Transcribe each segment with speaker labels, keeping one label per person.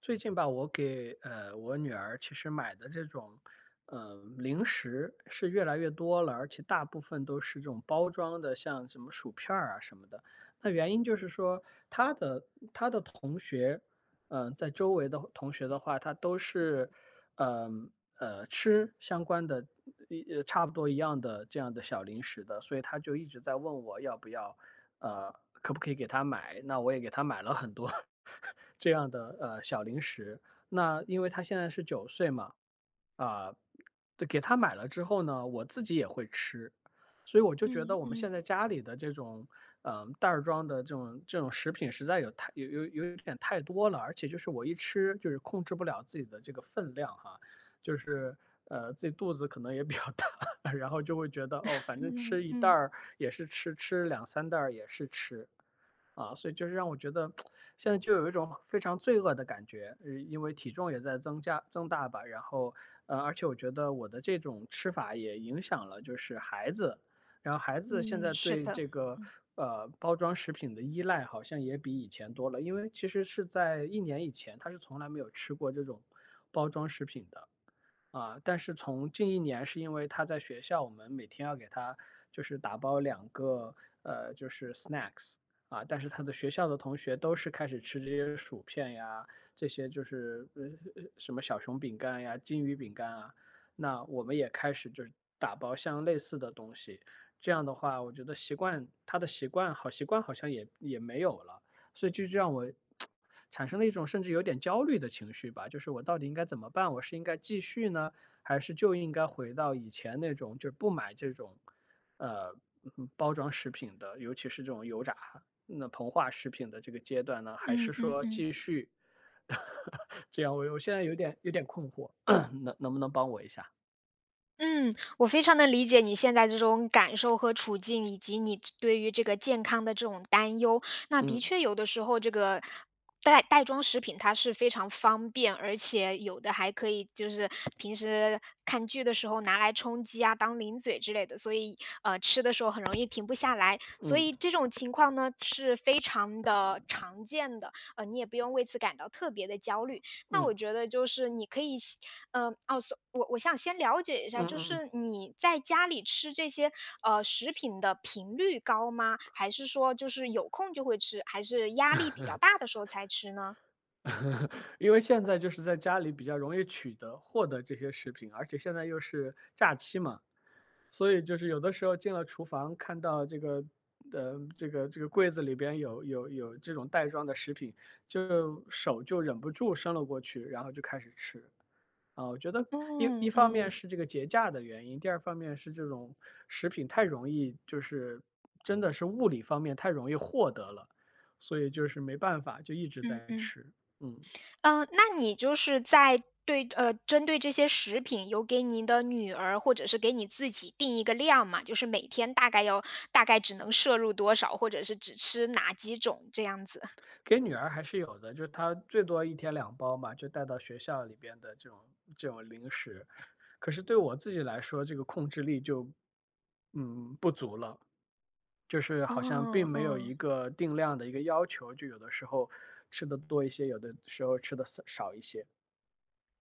Speaker 1: 最近吧，我给我女儿其实买的这种，零食是越来越多了，而且大部分都是这种包装的，像什么薯片儿啊什么的。那原因就是说，她的同学，在周围的同学的话，她都是，嗯吃相关的，差不多一样的这样的小零食的，所以她就一直在问我要不要。可不可以给他买？那我也给他买了很多 这样的小零食。那因为他现在是9岁嘛，啊、对，给他买了之后呢，我自己也会吃，所以我就觉得
Speaker 2: 嗯
Speaker 1: 我们
Speaker 2: 嗯
Speaker 1: 现在家里的这种，袋儿装的这种食品实在有一点太多了，而且就是我一吃就是控制不了自己的这个分量哈，就是自己肚子可能也比较大，然后就会觉得哦，反正
Speaker 2: 嗯
Speaker 1: 吃一袋
Speaker 2: 嗯
Speaker 1: 儿也是吃，吃两三袋儿也是吃。啊，所以就是让我觉得现在就有一种非常罪恶的感觉，因为体重也在增加增大吧，然后，而且我觉得我的这种吃法也影响了就是孩子，然后孩子现
Speaker 2: 嗯，
Speaker 1: 在
Speaker 2: 是
Speaker 1: 对
Speaker 2: 的，
Speaker 1: 这个，
Speaker 2: 嗯
Speaker 1: 包装食品的依赖好像也比以前多了，因为其实是在一年以前，他是从来没有吃过这种包装食品的。啊，但是从近一年是因为他在学校，我们每天要给他就是打包2个就是 snacks 啊，但是他的学校的同学都是开始吃这些薯片呀，这些就是什么小熊饼干呀、金鱼饼干啊，那我们也开始就是打包像类似的东西，这样的话，我觉得他的习惯好像也没有了。所以这就让我产生了一种甚至有点焦虑的情绪吧，就是我到底应该怎么办？我是应该继续呢，还是就应该回到以前那种，就是不买这种，呃，包装食品的，尤其是这种油炸、那膨化食品的这个阶段呢？还是
Speaker 2: 嗯嗯
Speaker 1: 说
Speaker 2: 嗯。
Speaker 1: 继续 这样？我现在有点困惑，能不能帮我一下？
Speaker 2: 嗯，我非常能理解你现在这种感受和处境，以及你对于这个健康的这种担忧。那的
Speaker 1: 嗯
Speaker 2: 确，有的时候这个袋装食品它是非常方便，而且有的还可以就是平时看剧的时候拿来充饥啊，当零嘴之类的，所以吃的时候很容易停不下来。所
Speaker 1: 嗯
Speaker 2: 以这种情况呢是非常的常见的，你也不用为此感到特别的焦虑。那
Speaker 1: 嗯
Speaker 2: 我觉得就是你可以先，我想先了解一
Speaker 1: 嗯
Speaker 2: 下，就
Speaker 1: 嗯
Speaker 2: 是你在家里吃这些食品的频率高吗？还是说就是有空就会吃，还是压力比较
Speaker 1: 嗯。
Speaker 2: 大的时候才吃呢？
Speaker 1: 因为现在就是在家里比较容易取得、获得这些食品，而且现在又是假期嘛，所以就是有的时候进了厨房，看到这个，这个柜子里边有这种袋装的食品，就手就忍不住伸了过去，然后就开始吃。啊，我觉得一
Speaker 2: 嗯
Speaker 1: 方
Speaker 2: 嗯
Speaker 1: 面是这个节假的原因，第二方面是这种食品太容易，就是真的是物理方面太容易获得了，所以就是没办法，就一直
Speaker 2: 嗯
Speaker 1: 在
Speaker 2: 嗯，
Speaker 1: 吃。嗯。
Speaker 2: 那你就是针对这些食品，有给你的女儿或者是给你自己定一个量嘛？就是每天大概要大概只能摄入多少，或者是只吃哪几种这样子？
Speaker 1: 给女儿还是有的，就是她最多一天两包嘛，就带到学校里边的这种零食。可是对我自己来说，这个控制力就，不足了，就是好像并
Speaker 2: 哦，
Speaker 1: 没有一
Speaker 2: 嗯。
Speaker 1: 个定量的一个要求，就有的时候吃的多一些，有的时候吃的少一些。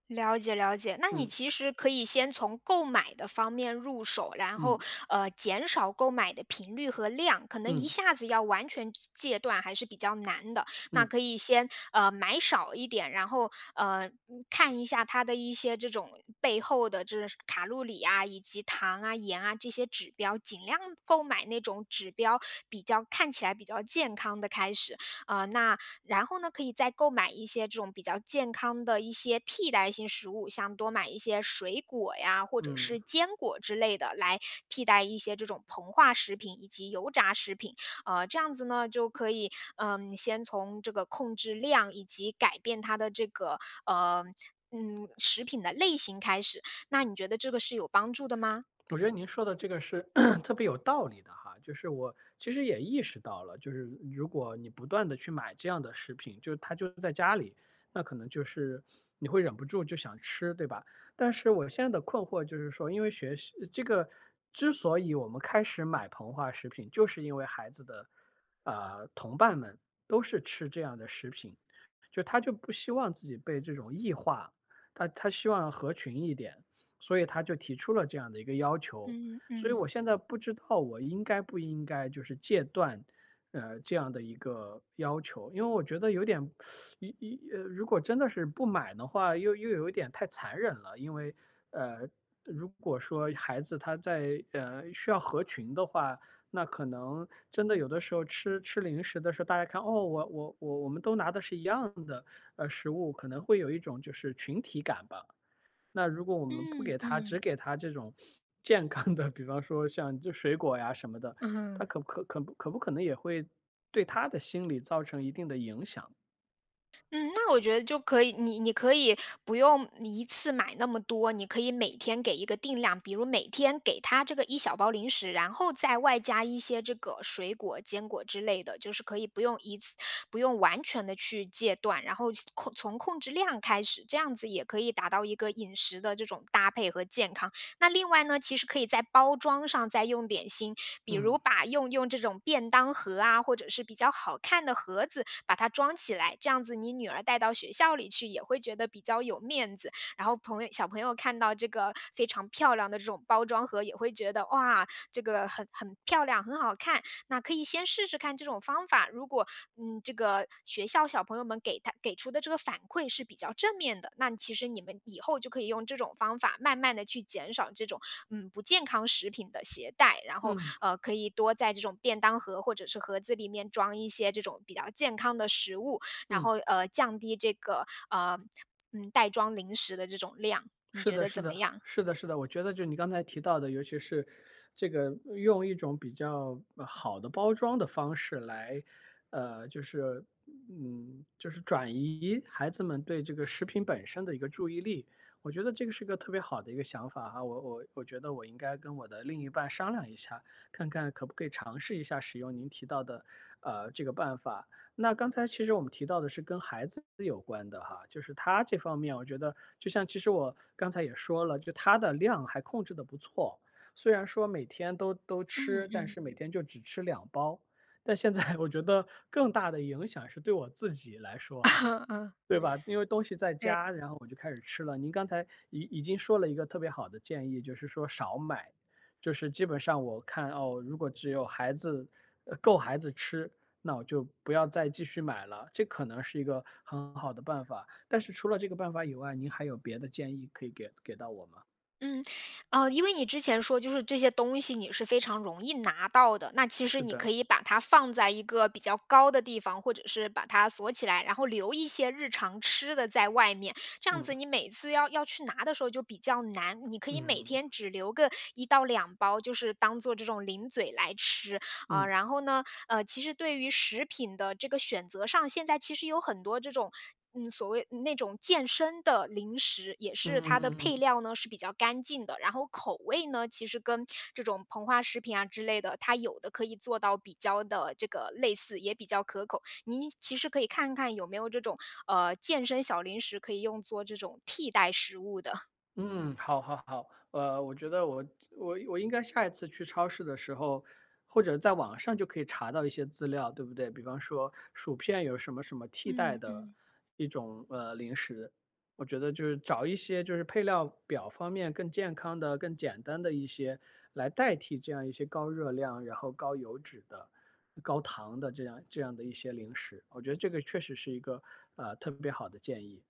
Speaker 2: 了解了解，那你
Speaker 1: 嗯，
Speaker 2: 其实可以先从购买的方面入手，然后
Speaker 1: 嗯，
Speaker 2: 减少购买的频率和量，可能
Speaker 1: 嗯，
Speaker 2: 一下子要完全戒断还是比较难的。那
Speaker 1: 嗯，
Speaker 2: 可以先买少一点，然后看一下它的一些这种背后的这卡路里啊，以及糖啊、盐啊这些指标，尽量购买那种指标比较看起来比较健康的开始。啊、那然后呢，可以再购买一些这种比较健康的一些替代性食物，像多买一些水果呀，或者
Speaker 1: 嗯。
Speaker 2: 是坚果之类的，来替代一些这种膨化食品以及油炸食品。这样子呢，就可以，先从这个控制量以及改变它的这个，呃，食品的类型开始。那你觉得这个是有帮助的吗？
Speaker 1: 我觉得您说的这个是 特别有道理的哈，就是我其实也意识到了，就是如果你不断的去买这样的食品，就是它就在家里，那可能就是你会忍不住就想吃，对吧？但是我现在的困惑就是说，因为学习这个之所以我们开始买膨化食品，就是因为孩子的同伴们都是吃这样的食品，就他就不希望自己被这种异化，他希望合群一点。所以他就提出了这样的一个要求。
Speaker 2: 嗯
Speaker 1: 所以
Speaker 2: 嗯
Speaker 1: 我现在不知道我应该不应该就是戒断，这样的一个要求，因为我觉得有点，一一呃，如果真的是不买的话，又有一点太残忍了，因为，呃，如果说孩子他在需要合群的话，那可能真的有的时候吃吃零食的时候，大家看哦，我们都拿的是一样的食物，可能会有一种就是群体感吧。那如果我们不
Speaker 2: 嗯
Speaker 1: 给它，只
Speaker 2: 嗯。
Speaker 1: 给它这种 健康的，比方说像就水果呀什么的，它
Speaker 2: 嗯。
Speaker 1: 可不可能也会对他的心理造成一定的影响？
Speaker 2: 嗯，那我觉得就可以，你可以不用一次买那么多，你可以每天给一个定量，比如每天给他这个一小包零食，然后再外加一些这个水果、坚果之类的，就是可以不用一次，不用完全的去戒断，然后从控制量开始，这样子也可以达到一个饮食的这种搭配和健康。那另外呢，其实可以在包装上再用点心，比
Speaker 1: 嗯
Speaker 2: 如用这种便当盒啊，或者是比较好看的盒子，把它装起来，这样子你女儿带到学校里去也会觉得比较有面子。然后小朋友看到这个非常漂亮的这种包装盒，也会觉得哇，这个很漂亮，很好看。那可以先试试看这种方法，如果这个学校小朋友们给他给出的这个反馈是比较正面的，那其实你们以后就可以用这种方法，慢慢的去减少这种不健康食品的携带，然后
Speaker 1: 嗯
Speaker 2: 可以多在这种便当盒或者是盒子里面装一些这种比较健康的食物，然
Speaker 1: 嗯。
Speaker 2: 后降低这个袋装零食的这种量，你
Speaker 1: 是
Speaker 2: 觉
Speaker 1: 的，
Speaker 2: 得
Speaker 1: 是
Speaker 2: 怎么
Speaker 1: 的，
Speaker 2: 样？
Speaker 1: 是的，是的。我觉得就你刚才提到的，尤其是这个用一种比较好的包装的方式来，呃，就是就是转移孩子们对这个食品本身的一个注意力。我觉得这个是个特别好的一个想法哈、我觉得我应该跟我的另一半商量一下，看看可不可以尝试一下使用您提到的这个办法。那刚才其实我们提到的是跟孩子有关的哈，就是他这方面，我觉得就像其实我刚才也说了，就他的量还控制的不错，虽然说每天都
Speaker 2: 嗯
Speaker 1: 吃，但
Speaker 2: 嗯
Speaker 1: 是每天就只吃两包。但现在 我觉得更大的影响是对我自己来说哈，
Speaker 2: 嗯，
Speaker 1: 对吧？因为东西在
Speaker 2: 对。
Speaker 1: 家，然后我就开始吃了。您刚才已经说了一个特别好的建议，就是说少买，就是基本上我看哦，如果只有孩子，够孩子吃，那我就不要再继续买了，这可能是一个很好的办法。但是除了这个办法以外，您还有别的建议可以给给到我吗？
Speaker 2: 嗯，因为你之前说就是这些东西你是非常容易拿到的，那其实
Speaker 1: 是
Speaker 2: 你
Speaker 1: 的，
Speaker 2: 可以把它放在一个比较高的地方，或者是把它锁起来，然后留一些日常吃的在外面。这样子你每次要去拿的时候就比较难，你可以每
Speaker 1: 嗯
Speaker 2: 天只留个一到两包，就是当做这种零嘴来吃啊、
Speaker 1: 嗯
Speaker 2: 然后呢，其实对于食品的这个选择上，现在其实有很多这种，嗯，所谓那种健身的零食，也
Speaker 1: 嗯
Speaker 2: 是
Speaker 1: 嗯嗯
Speaker 2: 它的
Speaker 1: 嗯嗯
Speaker 2: 配
Speaker 1: 嗯。
Speaker 2: 料呢是比较干净的，然后口味呢，其实跟这种膨化食品啊之类的，它有的可以做到比较的这个类似，也比较可口。您其实可以看看有没有这种健身小零食可以用作这种替代食物的。
Speaker 1: 嗯，好好好，我觉得我应该下一次去超市的时候，或者在网上就可以查到一些资料，对不对？比方说薯片有什么什么替代
Speaker 2: 嗯
Speaker 1: 的
Speaker 2: 嗯。
Speaker 1: 一种零食，我觉得就是找一些就是配料表方面更健康的、更简单的一些来代替这样一些高热量、然后高油脂的、高糖的这样的一些零食，我觉得这个确实是一个特别好的建议。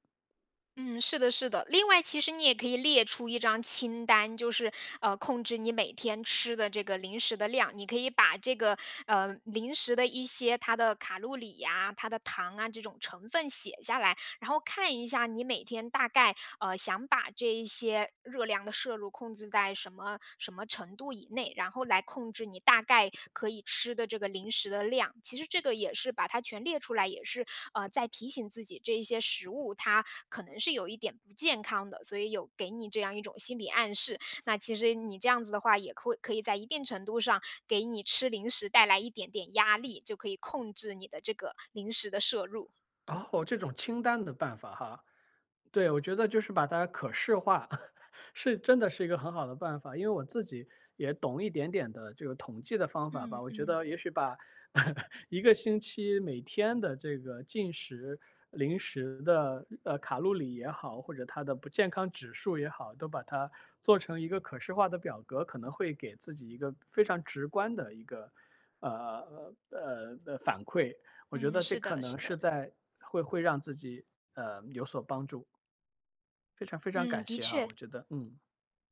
Speaker 2: 嗯，是的，是的。另外，其实你也可以列出一张清单，就是控制你每天吃的这个零食的量。你可以把这个零食的一些它的卡路里呀、它的糖啊这种成分写下来，然后看一下你每天大概想把这一些热量的摄入控制在什么什么程度以内，然后来控制你大概可以吃的这个零食的量。其实这个也是把它全列出来，也是在提醒自己这一些食物它可能是有一点不健康的，所以有给你这样一种心理暗示。那其实你这样子的话，也会可以在一定程度上给你吃零食带来一点点压力，就可以控制你的这个零食的摄入。
Speaker 1: 哦，这种清单的办法哈。对，我觉得就是把它可视化，是真的是一个很好的办法。因为我自己也懂一点点的这个统计的方法吧，
Speaker 2: 嗯
Speaker 1: 我觉
Speaker 2: 嗯。
Speaker 1: 得也许把 一个星期每天的这个进食、零食的卡路里也好，或者它的不健康指数也好，都把它做成一个可视化的表格，可能会给自己一个非常直观的一个反馈。我觉
Speaker 2: 嗯，
Speaker 1: 得这
Speaker 2: 是
Speaker 1: 可
Speaker 2: 的，
Speaker 1: 能
Speaker 2: 是的，
Speaker 1: 是在会让自己有所帮助。非常非常
Speaker 2: 嗯，
Speaker 1: 感
Speaker 2: 的
Speaker 1: 谢哈，
Speaker 2: 确，
Speaker 1: 我觉得，嗯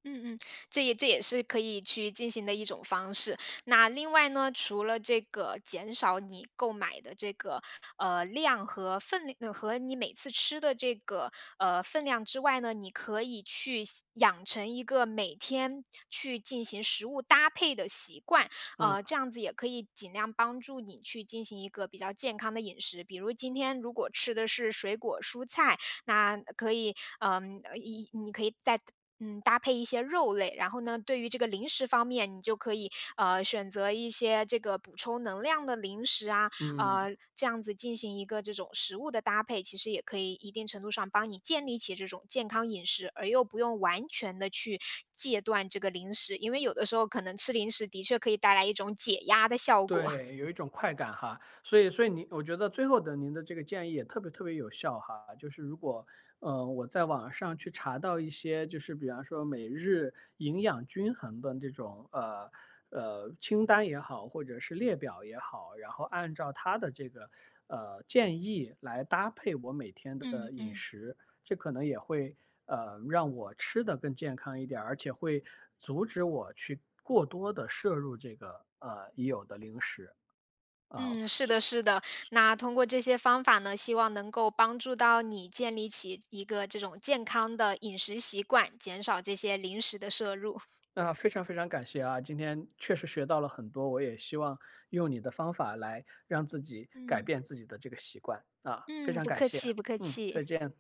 Speaker 2: 嗯嗯，这也是可以去进行的一种方式。那另外呢，除了这个减少你购买的这个量和分量，和你每次吃的这个分量之外呢，你可以去养成一个每天去进行食物搭配的习惯，
Speaker 1: 嗯
Speaker 2: 这样子也可以尽量帮助你去进行一个比较健康的饮食。比如今天如果吃的是水果蔬菜，那可以，嗯，呃一你可以再搭配一些肉类，然后呢，对于这个零食方面，你就可以选择一些这个补充能量的零食啊，
Speaker 1: 嗯，
Speaker 2: 这样子进行一个这种食物的搭配，其实也可以一定程度上帮你建立起这种健康饮食，而又不用完全的去戒断这个零食，因为有的时候可能吃零食的确可以带来一种解压的效果。
Speaker 1: 对，有一种快感哈，所以您，我觉得最后的您的这个建议也特别特别有效哈，就是如果，我在网上去查到一些，就是比方说每日营养均衡的这种清单也好，或者是列表也好，然后按照它的这个建议来搭配我每天的
Speaker 2: 嗯
Speaker 1: 饮
Speaker 2: 嗯。
Speaker 1: 食，这可能也会，让我吃的更健康一点儿，而且会阻止我去过多的摄入这个，已有的零食，啊，
Speaker 2: 嗯，是的，是的。那通过这些方法呢，希望能够帮助到你建立起一个这种健康的饮食习惯，减少这些零食的摄入。
Speaker 1: 那非常非常感谢啊，今天确实学到了很多，我也希望用你的方法来让自己改
Speaker 2: 嗯。
Speaker 1: 变自己的这个习惯，啊，非
Speaker 2: 嗯，
Speaker 1: 常
Speaker 2: 不
Speaker 1: 感
Speaker 2: 客
Speaker 1: 谢，
Speaker 2: 气，不客
Speaker 1: 嗯，再
Speaker 2: 气。
Speaker 1: 见。